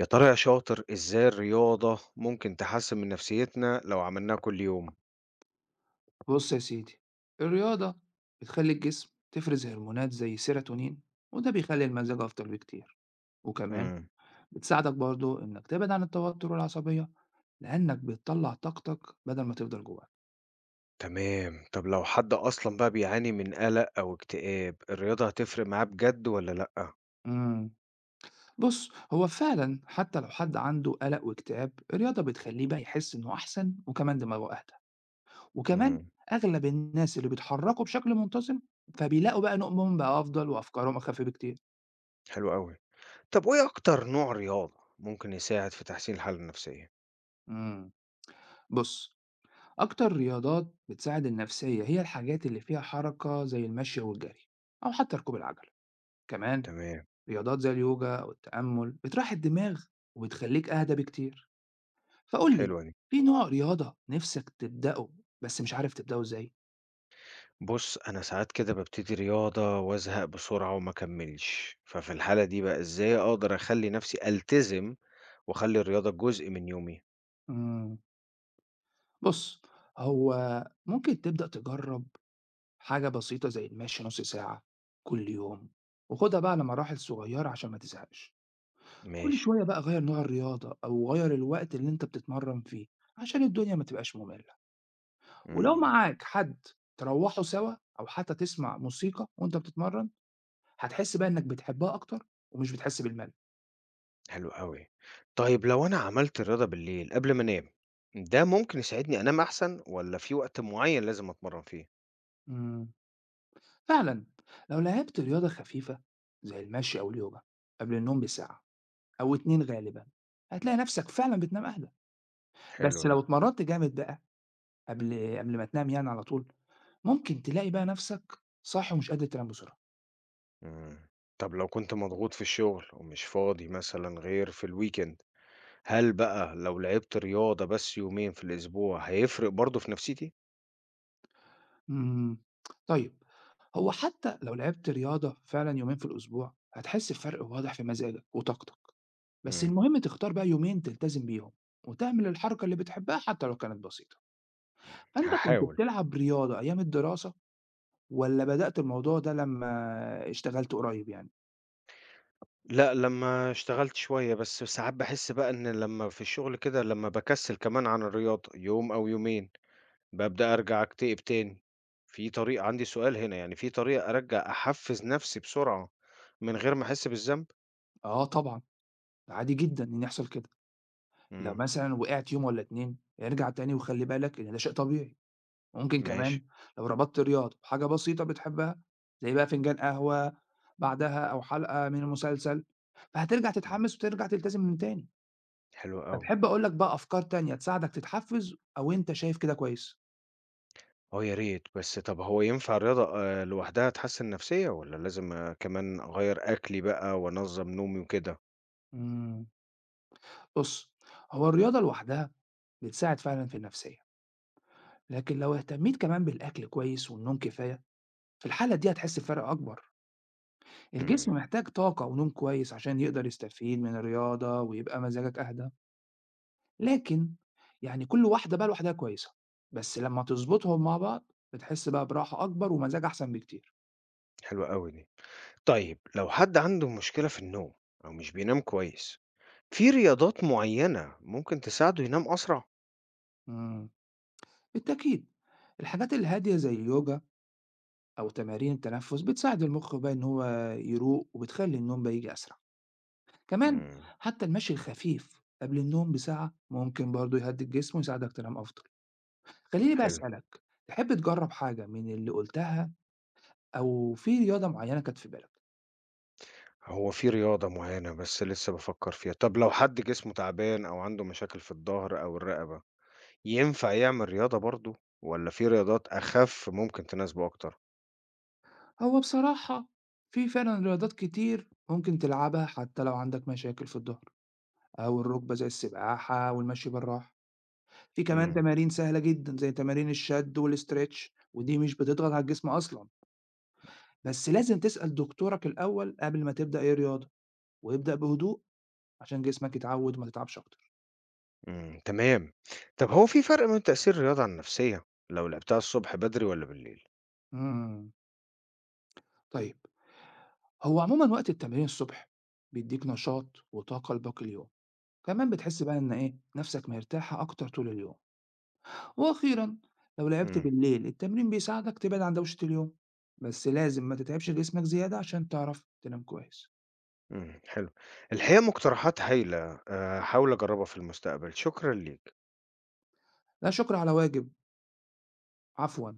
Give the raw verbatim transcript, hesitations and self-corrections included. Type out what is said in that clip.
يا ترى يا شاطر إزاي الرياضة ممكن تحسّن من نفسيتنا لو عملناها كل يوم؟ بص يا سيدي الرياضة بتخلي الجسم تفرز هرمونات زي السيروتونين وده بيخلي المزاج أفضل بكتير وكمان إمم، بتساعدك برضو إنك تبعد عن التوتر والعصبية لأنك بتطلع طاقتك بدل ما تفضل جواك. تمام. طب لو حد أصلًا بقى بيعاني من قلق أو اكتئاب، الرياضة هتفرق معاه بجد والّا لأ؟ مم. بص هو فعلا حتى لو حد عنده قلق واكتئاب الرياضة بتخليه بقى يحس إنه أحسن وكمان دماغه أهدى وكمان إمم، أغلب الناس اللي بيتحركوا بشكل منتظم فبيلاقوا بقى نومهم بقى أفضل وأفكارهم أخف بكتير. حلو أوي. طب وإيه أكتر نوع رياضة ممكن يساعد في تحسين الحالة النفسية؟ مم. بص أكتر رياضات بتساعد النفسية هي الحاجات اللي فيها حركة زي المشي أو الجري أو حتى ركوب العجلة كمان تمام، رياضات زي اليوجا أو التأمل بتراحي الدماغ وبتخليك أهدى بكتير. فقول لي، حلوة دي. في نوع رياضة نفسك تبدأه بس مش عارف تبدأه إزاي؟ بُص، أنا ساعات كده بابتدي رياضة وأزهق بسرعة وما أكمّلش، ففي الحالة دي بقى إزاي أقدر أخلّي نفسي ألتزم وأخلّي الرياضة جزء من يومي؟ مم. بص هو ممكن تبدأ تجرب حاجة بسيطة زي المشي نص ساعة كل يوم، وخدها بقى على مراحل صغيرة عشان ما تزهقش. كل ماشي. شوية بقى غيّر نوع الرياضة أو غيّر الوقت اللي أنت بتتمرّن فيه، عشان الدنيا ما تبقاش مملة. ولو إمم. معاك حد تروّحوا سوا أو حتى تسمع موسيقى وأنت بتتمرّن، هتحس بقى إنّك بتحبها أكتر ومش بتحس بالملل. حلو أوي. طيب لو أنا عملت الرياضة بالليل قبل ما أنام، ده ممكن يساعدني أنام أحسن والّا في وقت معين لازم أتمرّن فيه؟ إمم. فعلًا لو لعبت رياضة خفيفة زي المشي أو اليوجا قبل النوم بساعة أو اتنين غالبًا، هتلاقي نَفْسك فعلًا بتنام أهدى. حلوة بس دي. لو اتمرّنت جامد بقى قبل قبل ما تنام يعني على طول، ممكن تلاقي بقى نَفْسك صاحي ومش قادر تنام بسرعة. إمم. طب لو كنت مضغوط في الشغل ومش فاضي مثلًا غير في الweekend، هل بقى لو لعبت رياضة بس يومين في الأسبوع هيفرق برضه في نفسيتي؟ إمم. طيب، هو حتى لو لعبت رياضة فعلًا يومين في الأسبوع، هتحس بفرق واضح في مزاجك وطاقتك. بس إمم. المهم تختار بقى يومين تلتزم بيهم وتعمل الحركة اللي بتحبها حتى لو كانت بسيطة. فأنت كنت هاحاول. بتلعب رياضة أيام الدراسة والّا بدأت الموضوع ده لمّا اشتغلت قريب يعني؟ لأ، لمّا اشتغلت شوية بس ساعات باحس بقى إن لمّا في الشغل كده لمّا باكسّل كمان عن الرياضة يوم أو يومين، بابدأ أرجع أكتئب تاني. في طريقة عندي سؤال هنا، يعني في طريقة أرجع أحفّز نَفْسي بسرعة من غير ما أحس بالذنب؟ آه طبعًا، ده عادي جدًا إن يحصل كده. لو إمم، مثلًا وقعت يوم والّا اتنين ارجع تاني وخلِّ بالك إن ده شيء طبيعي. ممكن ماشي، كمان لو ربطت الرياضة بحاجة بسيطة بتحبها زي بقى فنجان قهوة بعدها أو حلقة من مسلسل، فهترجع إمم، تتحمس وترجع تلتزم من تاني. حلو أوي. فتحب أقول لك بقى أفكار تانية تساعدك تتحفز أو أنت شايف كده كويس؟ آه يا ريت، بس طَب هو ينفع الرياضة آآ لوحدها تحسّن النَفْسية والّا لازم آه، كمان أغيّر أكلي بقى وأنظّم نومي وكده؟ امم بص هو الرياضة لوحدها بتساعد فعلا في النفسية، لكن لو اهتميت كمان بالأكل كويس والنوم كفاية، في الحالة دي هتحس بفرق أكبر. إمم، الجسم محتاج طاقة ونوم كويس عشان يقدر يستفيد من الرياضة ويبقى مزاجك أهدى. لكن يعني كل واحدة بقى لوحدها كويسة، بس لمّا تضبطهم مع بعض بتحس بقى براحة أكبر ومزاج أحسن بكتير. حلوة أوي دي. طيب لو حد عنده مشكلة في النوم أو مش بينام كويس، في رياضات معيّنة ممكن تساعده ينام أسرع؟ إمم، بالتأكيد. الحاجات الهادية زي اليوجا أو تمارين التنفس بتساعد المخ بقى إن هو يروق وبتخلّي النوم بقى ييجي أسرع. كمان إمم، حتى المشي الخفيف قبل النوم بساعة ممكن برضه يهدّي الجسم ويساعدك تنام أفضل. خلّيني بقى حلو. أسألك، تحب تجرّب حاجة من اللي قُلتها أو في رياضة معيّنة كانت في بالك؟ هو في رياضة معينة بس لسه بافكّر فيها. طب لو حد جسمه تعبان أو عنده مشاكل في الضهر أو الرقبة، ينفع يعمل رياضة برضه والّا في رياضات أخَف ممكن تناسبه أكتر؟ هو بصراحة في فعلًا رياضات كتير ممكن تلعبها حتى لو عندك مشاكل في الضهر أو الركبة، زي السباحة والمشي بالراحة. في كمان إمم، تمارين سهلة جدًا زي تمارين الشد والاسترتش ودي مش بتضغط على الجسم أصلًا. بس لازم تسأل دكتورك الأول قبل ما تبدأ أي رياضة، وابدأ بهدوء عشان جسمك يتعود وما تتعبش أكتر. إمم، تمام. طب هو في فرق بين تأثير الرياضة على النفسية لو لعبتها الصبح بدري والّا بالليل؟ إمم، طيب. هو عمومًا وقت التمرين الصبح بيديك نشاط وطاقة لباقي اليوم، كمان بتحس بقى إن إيه، نفسك مرتاحة أكتر طول اليوم. وأخيرًا، لو لعبت إمم، بالليل التمرين بيساعدك تبعد عن دوشة اليوم، بس لازم ما تتعبش جسمك زيادة عشان تعرف تنام كويس. إمم، حلو. الحقيقة مقترحات هايلة، آآ هاحاول أجرّبها في المستقبل، شكرًا ليك. لا شكر على واجب، عفوًا.